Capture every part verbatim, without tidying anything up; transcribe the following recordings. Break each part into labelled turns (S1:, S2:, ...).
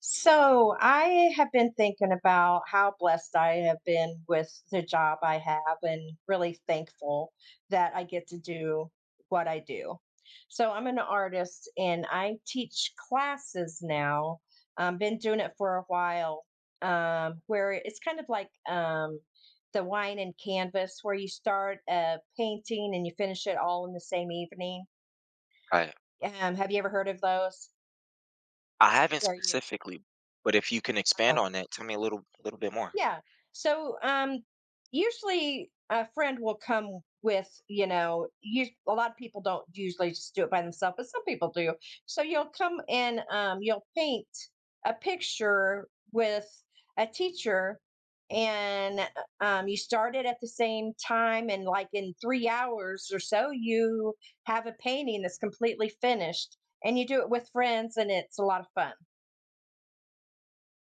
S1: So I have been thinking about how blessed I have been with the job I have and really thankful that I get to do what I do. So I'm an artist and I teach classes now. I've been doing it for a while, um, where it's kind of like um, the wine and canvas, where you start a painting and you finish it all in the same evening.
S2: Right.
S1: Um, have you ever heard of those?
S2: I haven't
S1: Where you?
S2: specifically, but if you can expand on that, tell me a little little bit more.
S1: Yeah. So um usually a friend will come with, you know, you, a lot of people don't usually just do it by themselves, but some people do. So you'll come and um you'll paint a picture with a teacher and uh, um, you start it at the same time and like in three hours or so you have a painting that's completely finished and you do it with friends and it's a lot of fun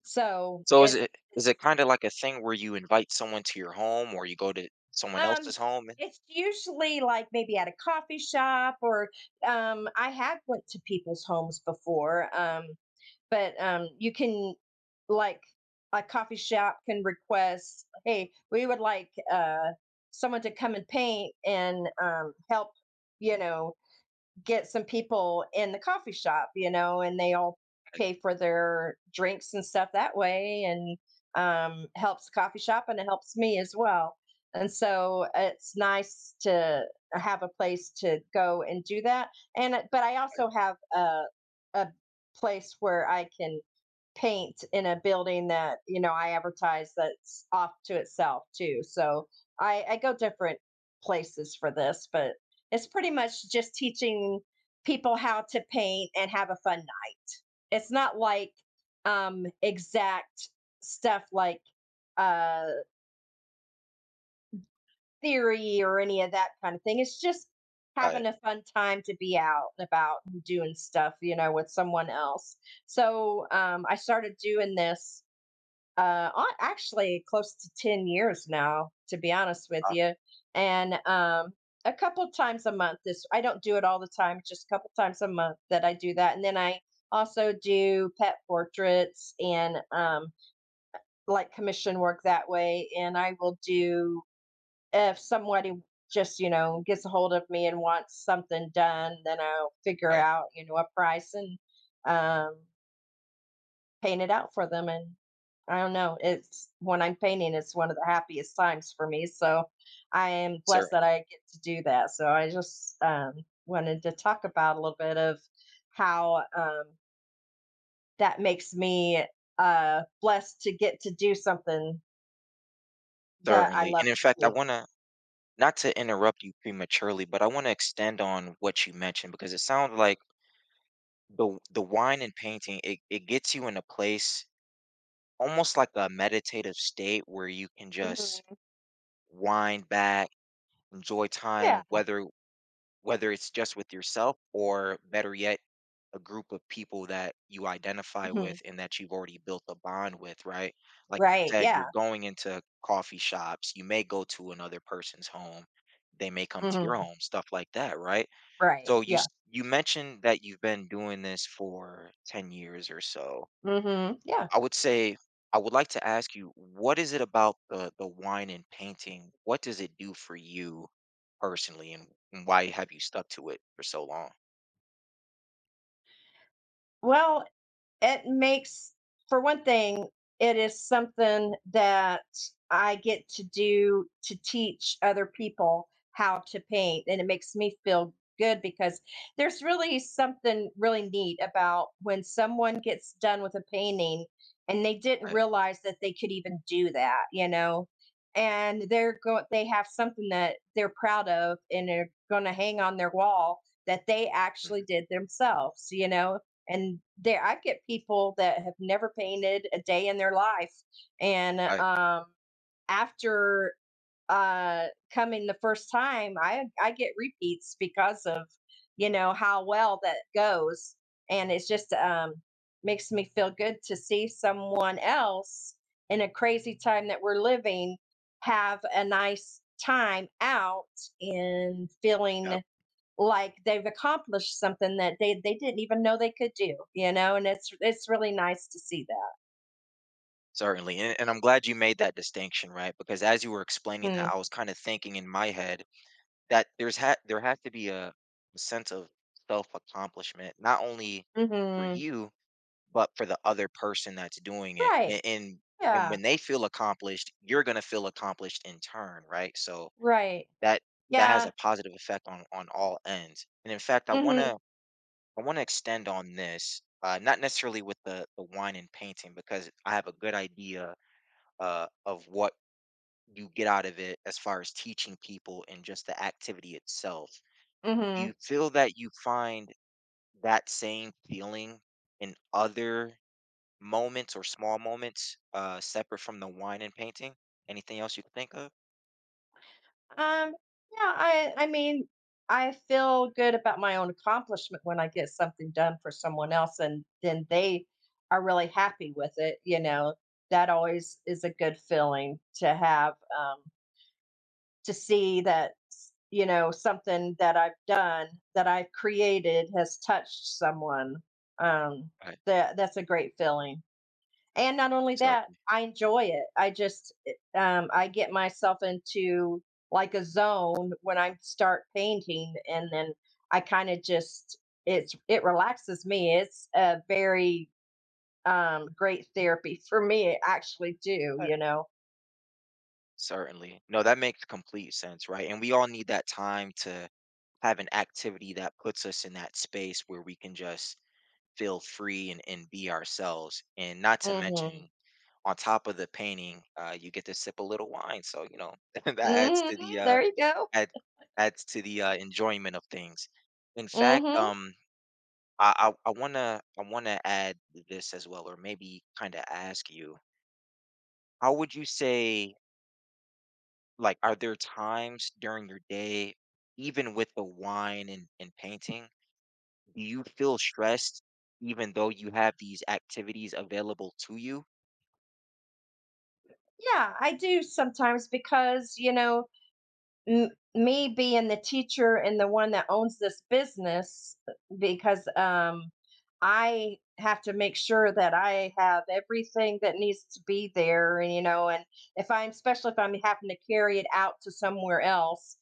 S1: so
S2: So is
S1: it's
S2: it is it
S1: it's
S2: kinda like a thing where you invite someone to your home or you go to someone
S1: Um,
S2: else's home? And
S1: it's usually like maybe at a coffee shop or um I have went to people's homes before. Um, but um you can like a coffee shop can request, hey, we would like uh someone to come and paint and um help, you know, get some people in the coffee shop, you know, and they all
S2: right,
S1: pay for their drinks and stuff that way and um, helps the coffee shop and it helps me as well. And so it's nice to have a place to go and do that. And but I also have a, a place where I can paint in a building that you know I advertise that's off to itself too. So I, I go different places for this, but it's pretty much just teaching people how to paint and have a fun night. It's not like um, exact stuff like uh, theory or any of that kind of thing. It's just
S2: right,
S1: having a fun time to be out and about and doing stuff, you know, with someone else. So um, I started doing this Uh, a actually close to ten years now, to be honest with
S2: uh,
S1: you, and, um, a couple times a month. This, I don't do it all the time, just a couple times a month that I do that, and then I also do pet portraits and, um, like, commission work that way, and I will do if somebody just, you know, gets a hold of me and wants something done, then I'll figure
S2: right,
S1: out, you know, a price and, um paint it out for them and I don't know. It's when I'm painting, it's one of the happiest times for me. So I am blessed that
S2: certainly,
S1: I get to do that. So I just um, wanted to talk about a little bit of how um, that makes me uh, blessed to get to do something that I
S2: certainly,
S1: love
S2: and in
S1: to
S2: fact, I
S1: do.
S2: wanna not to interrupt you prematurely, but I wanna extend on what you mentioned because it sounds like the the wine and painting, it it gets you in a place almost like a meditative state where you can just
S1: Mhm.
S2: wind back, enjoy time,
S1: Yeah.
S2: whether whether it's just with yourself or better yet a group of people that you identify with
S1: Hmm.
S2: and that you've already built a bond with, right. Like you
S1: Right.
S2: said, you're
S1: Yeah.
S2: going into coffee shops, you may go to another person's home, they may come to your
S1: Hmm.
S2: home, stuff like that, right.
S1: Right.
S2: So you
S1: Yeah.
S2: s- you mentioned that you've been doing this for ten years or so.
S1: Hmm. Yeah.
S2: I would say I would like to ask you, what is it about the the wine and painting? What does it do for you personally, and, and why have you stuck to it for so long?
S1: Well, it makes, for one thing, it is something that I get to do to teach other people how to paint, and it makes me feel good because there's really something really neat about when someone gets done with a painting and they didn't
S2: I,
S1: realize that they could even do that, you know, and they're going, they have something that they're proud of and they're going to hang on their wall that they actually
S2: Mhm.
S1: did themselves, you know. And there I get people that have never painted a day in their life, and
S2: I,
S1: um after uh coming the first time, i i get repeats because of you know how well that goes. And it's just um makes me feel good to see someone else in a crazy time that we're living have a nice time out and feeling
S2: yep,
S1: like they've accomplished something that they, they didn't even know they could do, you know, and it's it's really nice to see
S2: certainly, and, and I'm glad you made that distinction, right? Because as you were explaining that,
S1: that.
S2: I was kind of thinking in my head that there's ha there has to be a sense of self accomplishment, not only for
S1: Mm-hmm.
S2: you, but for the other person that's doing it.
S1: Right.
S2: And and, and
S1: Yeah.
S2: when they feel accomplished, you're going to feel accomplished in turn, right? So
S1: Right.
S2: that that has a
S1: Yeah.
S2: positive effect on on all ends. And in fact, I want
S1: Mm-hmm.
S2: to I want to extend on this, uh, not necessarily with the the wine and painting, because I have a good idea uh, of what you get out of it as far as teaching people and just the activity itself. Do
S1: Mm-hmm.
S2: you feel that you find that same feeling in other moments or small moments, uh, separate from the wine and painting? Anything else you can think of?
S1: Um, yeah, I I mean, I feel good about my own accomplishment when I get something done for someone else and then they are really happy with it, you know. That always is a good feeling to have. Um to see that, you know, something that I've done, that I've created, has touched someone. Um,
S2: Right.
S1: that that's a great feeling. And not only that,
S2: Certainly.
S1: I enjoy it. I just eh, um, I get myself into like a zone when I start painting, and then I kind of just it's it relaxes me. It's a very um, great therapy for me. Actually, too,
S2: Uh,
S1: you know.
S2: certainly. No, that makes complete sense, right? And we all need that time to have an activity that puts us in that space where we can just feel free and, and be ourselves. And not to
S1: Hmm.
S2: mention, on top of the painting, uh, you get to sip a little wine. So, you know, that adds
S1: Hmm.
S2: to the uh
S1: There you go.
S2: add, adds to the uh, enjoyment of things. In fact,
S1: Hmm.
S2: um I I I wanna I wanna add this as well, or maybe kind of ask you, how would you say, like, are there times during your day, even with the wine and and painting, do you feel stressed even though you have these activities available to you?
S1: Yeah, I do sometimes because, you know, m- me being the teacher and the one that owns this business, uh, because um, I have to make sure that I have everything that needs to be there, you know, and if I'm, especially if I'm having to carry it out to somewhere else,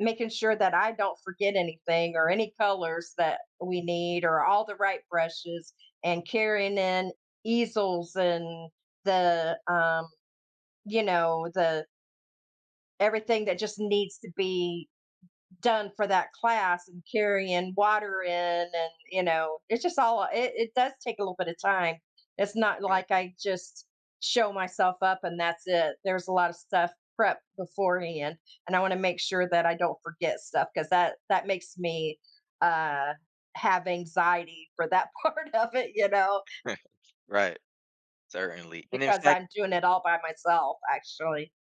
S1: making sure that I don't forget anything or any colors that we need or all the right brushes and carrying in easels and the um, you know, the everything that just needs to be done for that class and carrying water in and you know, it's just all it, it does take a little bit of time. It's not
S2: Right.
S1: like I just show myself up and that's it. There's a lot of stuff prep beforehand and I want to make sure that I don't forget stuff because that that makes me uh have anxiety for that part of it, you know,
S2: Right. Certainly. And in
S1: because
S2: fact,
S1: I'm doing it all by myself actually.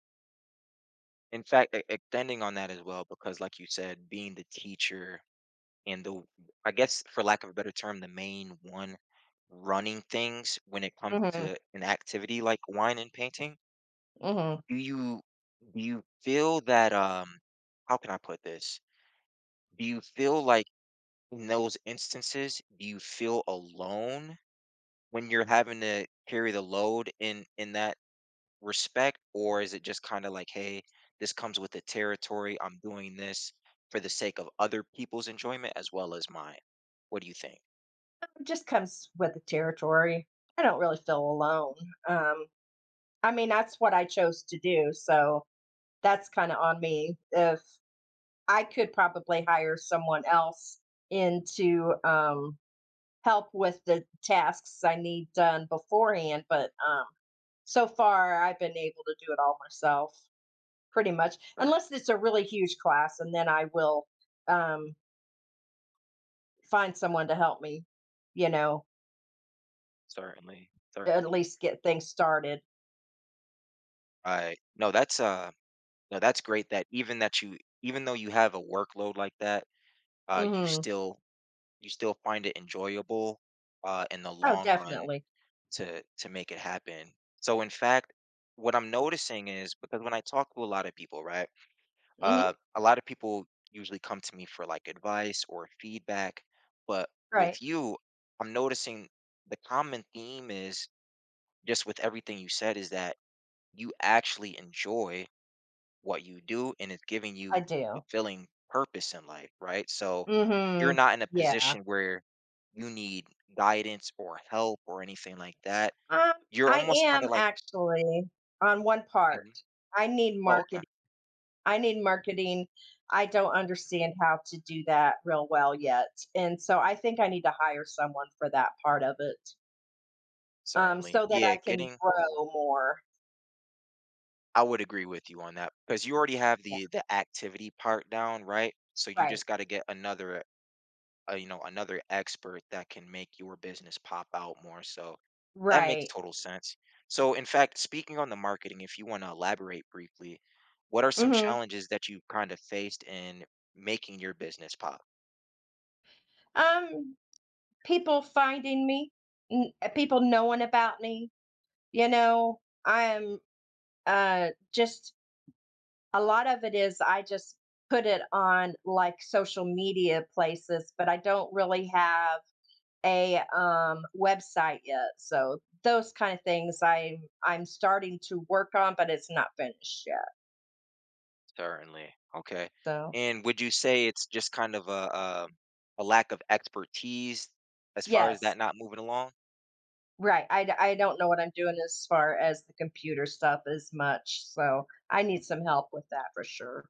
S2: in fact, e- extending on that as well, because like you said, being the teacher and the, I guess for lack of a better term, the main one running things when it comes
S1: Mhm.
S2: to an activity like wine and painting?
S1: Mhm.
S2: Do you do you feel that um how can I put this? Do you feel like in those instances, do you feel alone when you're having to carry the load in in that respect, or is it just kind of like, hey, this comes with the territory. I'm doing this for the sake of other people's enjoyment as well as mine. What do you think?
S1: It just comes with the territory. I don't really feel alone. Um, I mean, that's what I chose to do. So that's kind of on me. If I could probably hire someone else in to um, help with the tasks I need done beforehand, but um, so far I've been able to do it all myself pretty much,
S2: Sir,
S1: unless it's a really huge class, and then I will um, find someone to help me, you know,
S2: certainly,
S1: at
S2: certainly.
S1: least get things started.
S2: I no, that's uh no, that's great that even that you even though you have a workload like that, uh, you
S1: Hmm.
S2: still you still find it enjoyable, uh, in the
S1: Oh,
S2: long run
S1: definitely.
S2: to to make it happen. So in fact, what I'm noticing is because when I talk to a lot of people, right, uh,
S1: Mhm.
S2: a lot of people usually come to me for like advice or feedback, but with
S1: Right.
S2: you, I'm noticing the common theme is just with everything you said is that you actually enjoy what you do and it's giving
S1: I
S2: you
S1: do.
S2: fulfilling purpose in life, right? So you're
S1: Mhm.
S2: not in a
S1: Yeah.
S2: position where you need guidance or help or anything like that.
S1: Um,
S2: You're
S1: I
S2: almost kind
S1: am
S2: of like,
S1: actually on one part.
S2: mhm.
S1: I need
S2: Oh, okay,
S1: marketing. I need marketing. I don't understand how to do that real well yet. And so I think I need to hire someone for that part of it. Um,
S2: certainly.
S1: so that
S2: Yeah,
S1: I can
S2: getting,
S1: grow more.
S2: I would agree with you on that because you already have
S1: Yeah.
S2: the the activity part down, right? So you
S1: Right.
S2: just got to get another, uh, you know, another expert that can make your business pop out more. So that makes
S1: Right.
S2: total sense. So, in fact, speaking on the marketing, if you want to elaborate briefly, what are some
S1: Mhm.
S2: challenges that you kind of faced in making your business pop?
S1: Um, people finding me, n- uh, people knowing about me, you know, I'm uh just a lot of it is I just put it on like social media places, but I don't really have a um website yet. So those kind of things I'm I'm starting to work on, but it's not finished yet.
S2: Certainly. Okay.
S1: So
S2: And would you say it's just kind of a, a, a lack of expertise as far as
S1: yes,
S2: that not moving along?
S1: right. I d- I don't know what I'm doing as far as the computer stuff as much. So I need some help with that for sure.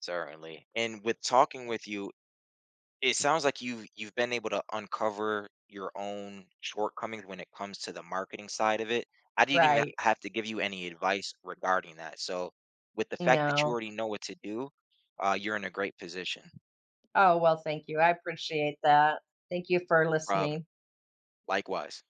S2: Certainly. And with talking with you, it sounds like you've you've been able to uncover your own shortcomings when it comes to the marketing side of it. I didn't even
S1: Right.
S2: have to give you any advice regarding that. So, with the fact that you
S1: No.
S2: already know what to do, uh, you're in a great position.
S1: Oh, well, thank you. I appreciate that. Thank you for
S2: Um,
S1: listening.
S2: likewise.